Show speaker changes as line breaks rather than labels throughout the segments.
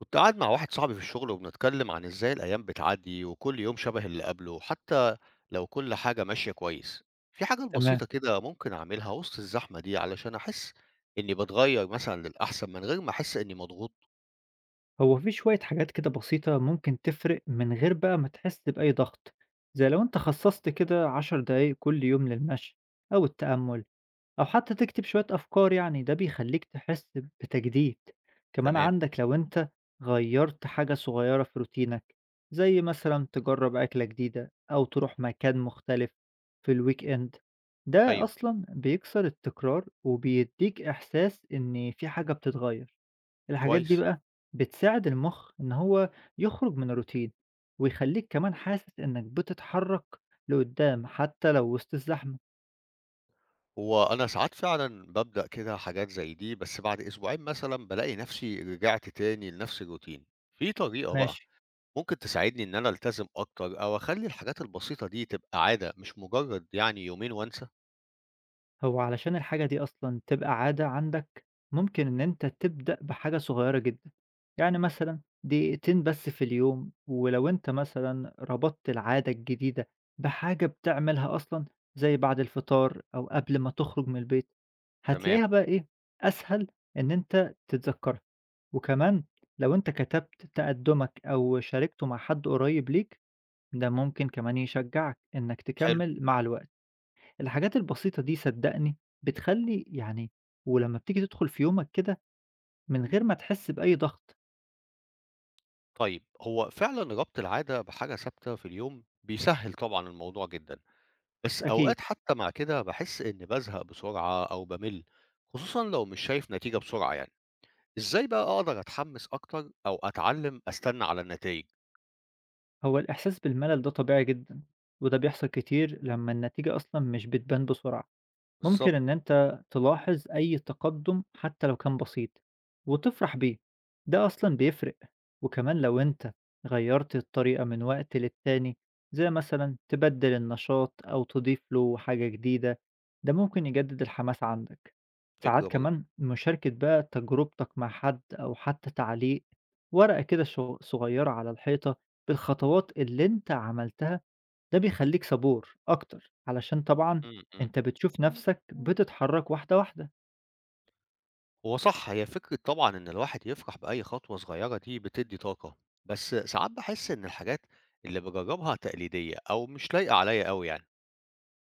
كنت قاعد مع واحد صاحبي في الشغل وبنتكلم عن ازاي الأيام بتعدي وكل يوم شبه اللي قبله، حتى لو كل حاجة ماشية كويس. في حاجة
تمام.
بسيطة كده ممكن أعملها وسط الزحمة دي علشان أحس إني بتغير مثلا للأحسن من غير ما أحس إني مضغوط.
هو في شوية حاجات كده بسيطة ممكن تفرق من غير بقى ما تحس بأي ضغط، زي لو انت خصصت كده 10 دقايق كل يوم للمشي أو التأمل أو حتى تكتب شوية أفكار يعني، ده بيخليك تحس بتجديد. كمان
تمام.
عندك لو انت غيرت حاجة صغيرة في روتينك، زي مثلا تجرب أكلة جديدة أو تروح مكان مختلف في الويك إند، ده
أيوه.
أصلا بيكسر التكرار وبيديك إحساس إن في حاجة بتتغير. الحاجات دي
كويس.
بقى بتساعد المخ إن هو يخرج من الروتين، ويخليك كمان حاسس إنك بتتحرك لقدام حتى لو وسط الزحمة.
هو أنا ساعات فعلا ببدأ كده حاجات زي دي، بس بعد أسبوعين مثلا بلاقي نفسي رجعت تاني لنفس الروتين. في طريقة بقى
ماشي.
ممكن تساعدني إن أنا ألتزم أكتر أو أخلي الحاجات البسيطة دي تبقى عادة، مش مجرد يعني يومين وأنسى؟
هو علشان الحاجة دي أصلًا تبقى عادة عندك، ممكن إن أنت تبدأ بحاجة صغيرة جدًا، يعني مثلًا دقيقتين بس في اليوم، ولو أنت مثلًا ربطت العادة الجديدة بحاجة بتعملها أصلًا زي بعد الفطار أو قبل ما تخرج من البيت،
تمام.
هتلاقيها بقى إيه، أسهل إن أنت تتذكرها، وكمان لو أنت كتبت تقدمك أو شاركته مع حد قريب ليك، ده ممكن كمان يشجعك إنك
حلو.
تكمل مع الوقت. الحاجات البسيطة دي صدّقني بتخلّي يعني، ولمّا بتيجي تدخل في يومك كده من غير ما تحس بأي ضغط.
طيب، هو فعلًا ربط العادة بحاجة ثابتة في اليوم بيسهّل طبعًا الموضوع جدًا، بس
أكيد.
أوقات حتى مع كده باحس إني بازهق بسرعة أو بامِل، خصوصًا لو مش شايف نتيجة بسرعة يعني. إزاي بقى أقدر أتحمّس أكتر أو أتعلّم أستنى على النتايج؟
هو الإحساس بالملل ده طبيعي جدًا، وده بيحصل كتير لمّا النتيجة أصلًا مش بتبان بسرعة.
بالضبط.
ممكن إن أنت تلاحظ أي تقدم حتى لو كان بسيط وتفرح بيه، ده أصلا بيفرق. وكمان لو أنت غيرت الطريقة من وقت للتاني، زي مثلا تبدل النشاط أو تضيف له حاجة جديدة، ده ممكن يجدد الحماس عندك.
فكرة
ساعات
برضه.
كمان مشاركة بقى تجربتك مع حد أو حتى تعليق، ورقة كده صغيرة على الحيطة بالخطوات اللي أنت عملتها، ده بيخلّيك صبور أكتر، علشان طبعًا
إمم، إمم.
أنت بتشوف نَفْسك بتتحرّك واحدة، واحدة.
هو صح، هي فكرة طبعًا إن الواحد يفرح بأي خطوة صغيرة دي بتدّي طاقة، بس ساعات باحس إن الحاجات اللي باجرّبها تقليدية أو مش لايقة عليّا أوي يعني.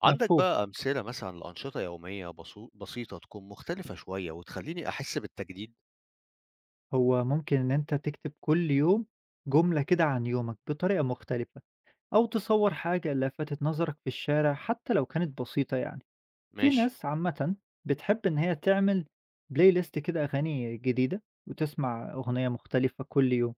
عندك
مفهوم.
بقى أمثلة مثلًا لأنشطة يومية بسيطة تكون مختلفة شوية وتخلّيني أحس بالتجديد؟
هو ممكن إن أنت تكتب كل يوم جملة كده عن يومك بطريقة مختلفة، أو تصوّر حاجة لفتت نظرك في الشارع حتى لو كانت بسيطة يعني. في
ماشي.
ناس عامةً بتحب إن هي تعمل playlist كده أغاني جديدة، وتسمع أغنية مختلفة كل يوم.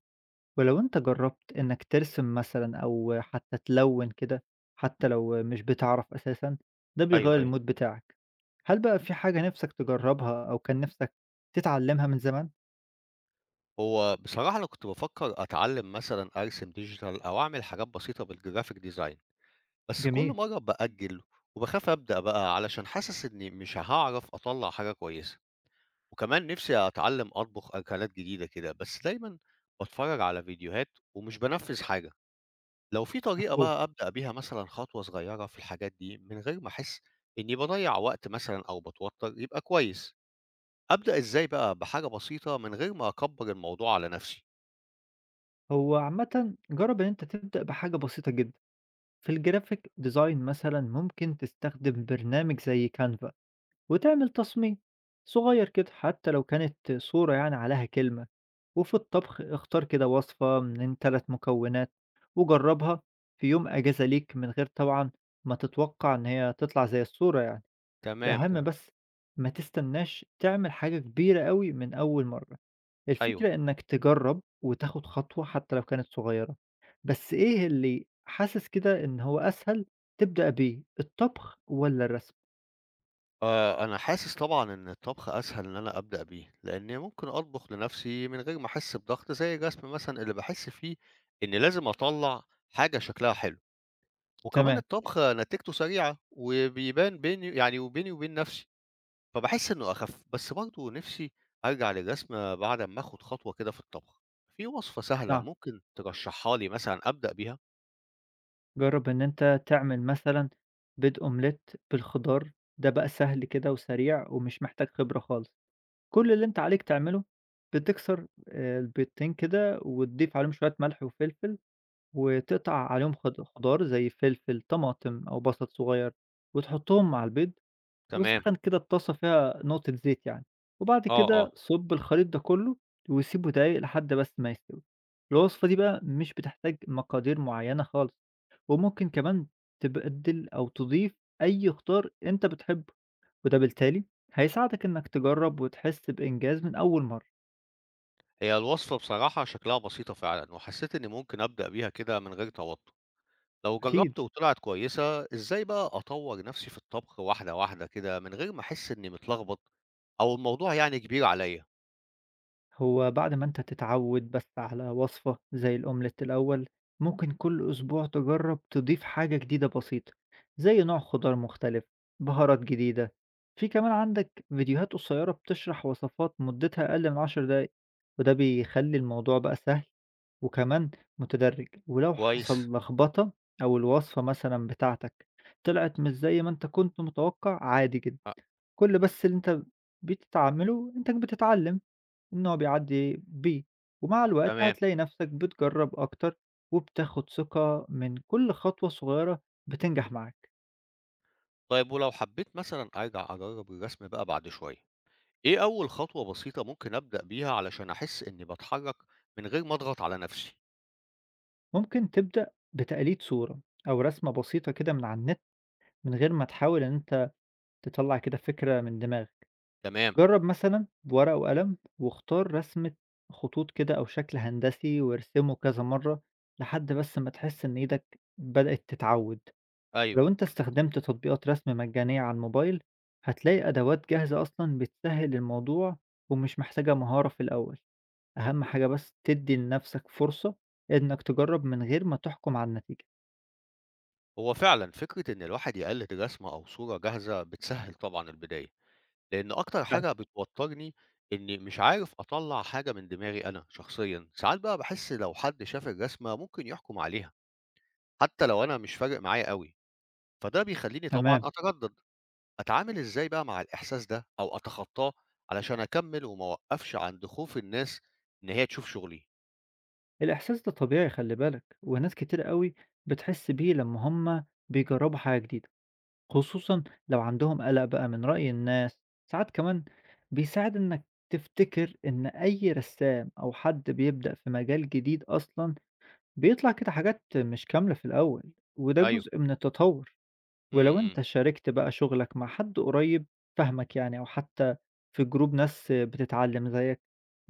ولو أنت جرّبت إنك ترسم مثلًا أو حتى تلوِّن كده، حتى لو مش بتعرف أساسًا، ده
أيوه،
بيغيّر
أيوه.
الmood بتاعك. هل بقى في حاجة نِفْسك تجرّبها أو كان نِفْسك تتعلّمها من زمان؟
هو بصراحة أنا كنت بافكّر أتعلّم مثلًا أرسم digital أو أعمل حاجات بسيطة بالgraphic design، بس كل
جميل.
مرّة بأجّل وباخاف أبدأ بقى علشان حاسس إني مش هاعرف أطلّع حاجة كويسة، وكمان نِفْسي أتعلّم أطبخ أكلات جديدة كده، بس دايمًا باتفرّج على فيديوهات ومش بانفّذ حاجة. لو في طريقة
مفهوم.
بقى أبدأ بيها مثلًا خطوة صغيّرة في الحاجات دي من غير ما أحس إنّي باضيّع وقت مثلًا أو باتوتّر يبقى كويس، أبدأ إزاي بقى بحاجة بسيطة من غير ما أكبّر الموضوع على نَفْسي؟
هو عامةً جرّب إن أنت تبدأ بحاجة بسيطة جدًا، في الgraphic design مثلًا ممكن تستخدم برنامج زي canva وتعمل تصميم صغير كده حتى لو كانت صورة يعني عليها كلمة. وفي الطبخ اختار كده وصفة من 3 مكونات وجربها في يوم أجازة ليك، من غير طبعا ما تتوقع إن هي تطلع زي الصورة يعني.
تمام،
الأهم
تمام.
بس ما تستناش تعمل حاجة كبيرة قوي من أول مرة،
أيوه.
الفكرة إنك تجرب وتاخد خطوة حتى لو كانت صغيرة. بس إيه اللي حاسس كده إن هو أسهل تبدأ بيه، الطبخ ولا الرسم؟
أنا حاسس طبعًا إن الطبخ أسهل إن أنا أبدأ بيه، لإنّي ممكن أطبخ لنَفْسي من غير ما أحس بضغط زي الرسم مثلًا اللي باحس فيه إنّي لازم أطلّع حاجة شكلها حلو، وكمان
تمام.
الطبخ نتيجته سريعة وبيبان بيني يعني وبيني وبين نَفْسي. فباحس إنه أخف، بس برضه نِفْسي أرجع للرسم بعد أمّا آخُد خطوة كده في الطبخ. في وصفة سهلة
نعم.
ممكن ترشّحها لي مثلًا أبدأ بيها؟
جرّب إن أنت تعمل مثلًا بيض omelette بالخضار، ده بقى سهل كده وسريع ومش محتاج خبرة خالص. كل اللي أنت عليك تعمله، بتكسر البيضتين كده وتضيف عليهم شوية ملح وفلفل، وتقطع عليهم خضار زي فلفل، طماطم أو بصل صغير، وتحطهم مع البيض،
تمام.
وسخّن كده الطاسة فيها نقطة زيت يعني، وبعد
آه، آه.
كده صُب الخليط ده كله وسيبه دقايق لحد بس ما يستوي. الوصفة دي بقى مش بتحتاج مقادير معيّنة خالص. وممكن كمان تبدِّل أو تضيف أي خضار أنت بتحبه، وده بالتالي هيساعدك إنك تجرّب وتحس بإنجاز من أول مرّة.
هي الوصفة بصراحة شكلها بسيطة فعلًا وحسّيت إني ممكن أبدأ بيها كده من غير توتُّر. لو
أكيد.
جرّبت وطلعت كويسة، إزاي بقى أطوّر نَفْسي في الطبخ واحدة، واحدة كده من غير ما أحس إني متلخبط أو الموضوع يعني كبير عليّا؟
هو بعد ما أنت تتعود بس على وصفة زي الأومليت الأول، ممكن كل أسبوع تجرب تضيف حاجة جديدة بسيطة، زي نوع خضار مختلف، بهارات جديدة. في كمان عندك فيديوهات قصيرة بتشرح وصفات مدتها أقل من 10 دقايق، وده بيخلي الموضوع بقى سهل وكمان متدرج. ولو
كويس.
حصل لخبطة أو الوصفة مثلا بتاعتك طلعت مش زي ما أنت كنت متوقع، عادي جدا،
أ
كل بس اللي أنت بتتعامله أنت بتتعلم. إن هو بيعدّي بيه، ومع الوقت
تمام.
هتلاقي نَفْسك بتجرّب أكتر، وبتاخد ثقة من كل خطوة صغيّرة بتنجح معاك.
طيب ولو حبّيت مثلًا أرجع أجرّب الرسم بقى بعد شوية، إيه أول خطوة بسيطة ممكن أبدأ بيها علشان أحس إني باتحرك من غير ما أضغط على نفسي؟
ممكن تبدأ بتقليد صورة أو رسمة بسيطة كده من على النت، من غير ما تحاول إن أنت تطلّع كده فكرة من دماغك.
تمام.
جرّب مثلًا بورقة وقلم واختار رسمة خطوط كده أو شكل هندسي وارسمه كذا مرّة لحد بس ما تحس إن إيدك بدأت تتعوّد.
أيوه.
ولو أنت استخدمت تطبيقات رسم مجانية على الموبايل، هتلاقي أدوات جاهزة أصلًا بتسهّل الموضوع ومش محتاجة مهارة في الأول، أهم حاجة بس تدّي لنفسك فرصة إنك تجرّب من غير ما تحكم على النتيجة.
هو فعلا فكرة إن الواحد يقلد رسمة أو صورة جاهزة بتسهل طبعا البداية، لأن أكتر
فعلًا.
حاجة بتوترني إني مش عارف أطلع حاجة من دماغي أنا شخصيا، ساعات بقى بحس لو حد شاف الرسمة ممكن يحكم عليها، حتى لو أنا مش فارق معايا قوي، فده بيخليني
تمام.
طبعا أتردد. أتعامل إزاي بقى مع الإحساس ده أو أتخطاه علشان أكمل وما أوقفش عند خوف الناس إن هي تشوف شغلي؟
الإحساس ده طبيعي، خلّي بالك، وناس كتير أوي بتحس بيه لمّا هُم بيجرّبوا حاجة جديدة، خصوصًا لو عندهم قلق بقى من رأي الناس. ساعات كمان بيساعد إنك تفتكر إن أي رسّام أو حد بيبدأ في مجال جديد أصلًا بيطلع كده حاجات مش كاملة في الأول، وده
أيوه.
جزء من التطور.
إمم،
ولو
إمم.
أنت شاركت بقى شغلك مع حد قريب فاهمك يعني، أو حتى في جروب ناس بتتعلم زيك،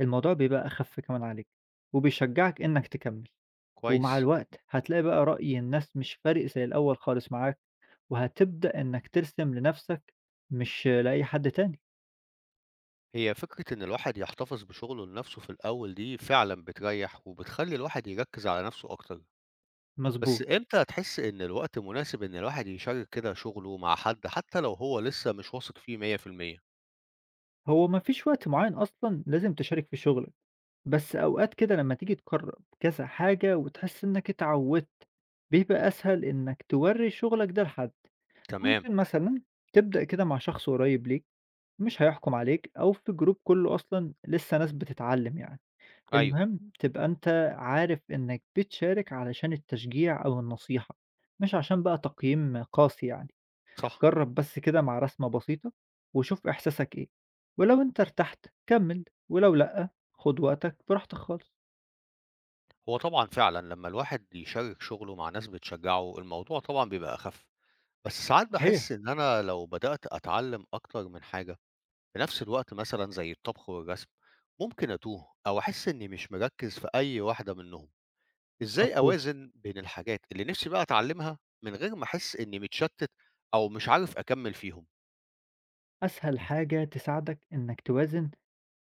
الموضوع بيبقى أخف كمان عليك وبيشجعك إنك تكمل. ومع
كويس.
الوقت هتلاقي بقى رأي الناس مش فارق زي الأول خالص معاك، وهتبدأ إنك ترسم لنفسك مش لأي حد تاني.
هي فكرة إن الواحد يحتفظ بشغله لنفسه في الأول دي فعلًا بتريّح، وبتخلّي الواحد يركّز على نفسه أكتر. بس
مظبوط.
إمتى هتحس إن الوقت مناسب إن الواحد يشارك كده شغله مع حد، حتى لو هو لسه مش واثق فيه 100%؟
هو مفيش وقت معين أصلا لازم تشارك في شغلك، بس أوقات كده لمّا تيجي تجرّب كذا حاجة وتحس إنك اتعوّدت، بيبقى أسهل إنك تورّي شغلك ده لحد.
تمام.
ممكن مثلًا تبدأ كده مع شخص قريب ليك مش هيحكم عليك، أو في جروب كلّه أصلًا لسه ناس بتتعلّم يعني،
أيوه.
المهم تبقى أنت عارف إنك بتشارك علشان التشجيع أو النصيحة، مش عشان بقى تقييم قاسي يعني.
صح.
جرّب بس كده مع رسمة بسيطة وشوف إحساسك إيه، ولو أنت ارتحت كمّل، ولو لأ، خُد وقتك براحتك خالص.
هو طبعًا فعلًا لمّا الواحد يشارك شغله مع ناس بتشجّعه، الموضوع طبعًا بيبقى أخَف. بس ساعات
صحيح.
باحس إن أنا لو بدأت أتعلّم أكتر من حاجة في نفس الوقت مثلا زي الطبخ والرسم، ممكن أتوه أو أحس إني مش مركز في أي واحدة منهم. إزاي
مفهوم.
أوازن بين الحاجات اللي نفسي بقى أتعلمها من غير ما أحس إني متشتت أو مش عارف أكمل فيهم؟
أسهل حاجة تساعدك إنك توازن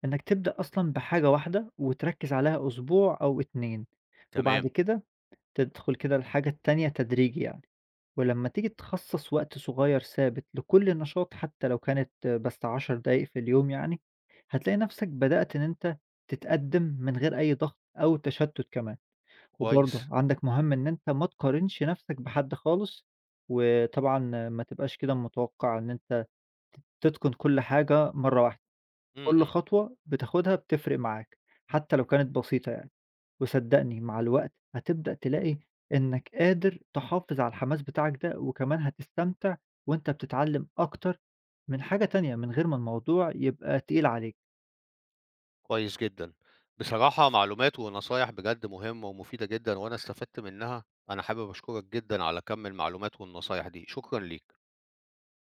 إنك تبدأ أصلًا بحاجة واحدة وتركّز عليها أسبوع أو 2، وبعد
تمام.
كده تدخل كده للحاجة التانية تدريجي يعني. ولمّا تيجي تخصّص وقت صغير ثابت لكل نشاط حتى لو كانت بس 10 دقايق في اليوم يعني، هتلاقي نفسك بدأت إن أنت تتقدّم من غير أي ضغط أو تشتُّت كمان. وبرضه
كويس.
عندك مهم إن أنت ما تقارنش نفسك بحد خالص، وطبعًا ما تبقاش كده متوقع إن أنت تتقن كل حاجة مرّة واحدة.
امم،
كل
إمم.
خطوة بتاخدها بتفرق معاك، حتى لو كانت بسيطة يعني، وصدّقني مع الوقت هتبدأ تلاقي إنك قادر تحافظ على الحماس بتاعك ده، وكمان هتستمتع وأنت بتتعلم أكتر من حاجة تانية، من غير ما الموضوع يبقى تقيل عليك.
كويس جدا. بصراحة معلومات ونصايح بجد مهمة ومفيدة جدا وأنا استفدت منها. أنا حابب أشكرك جدا على كم المعلومات والنصايح دي. شكرا ليك.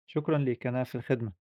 شكرًا ليك، أنا في الخدمة.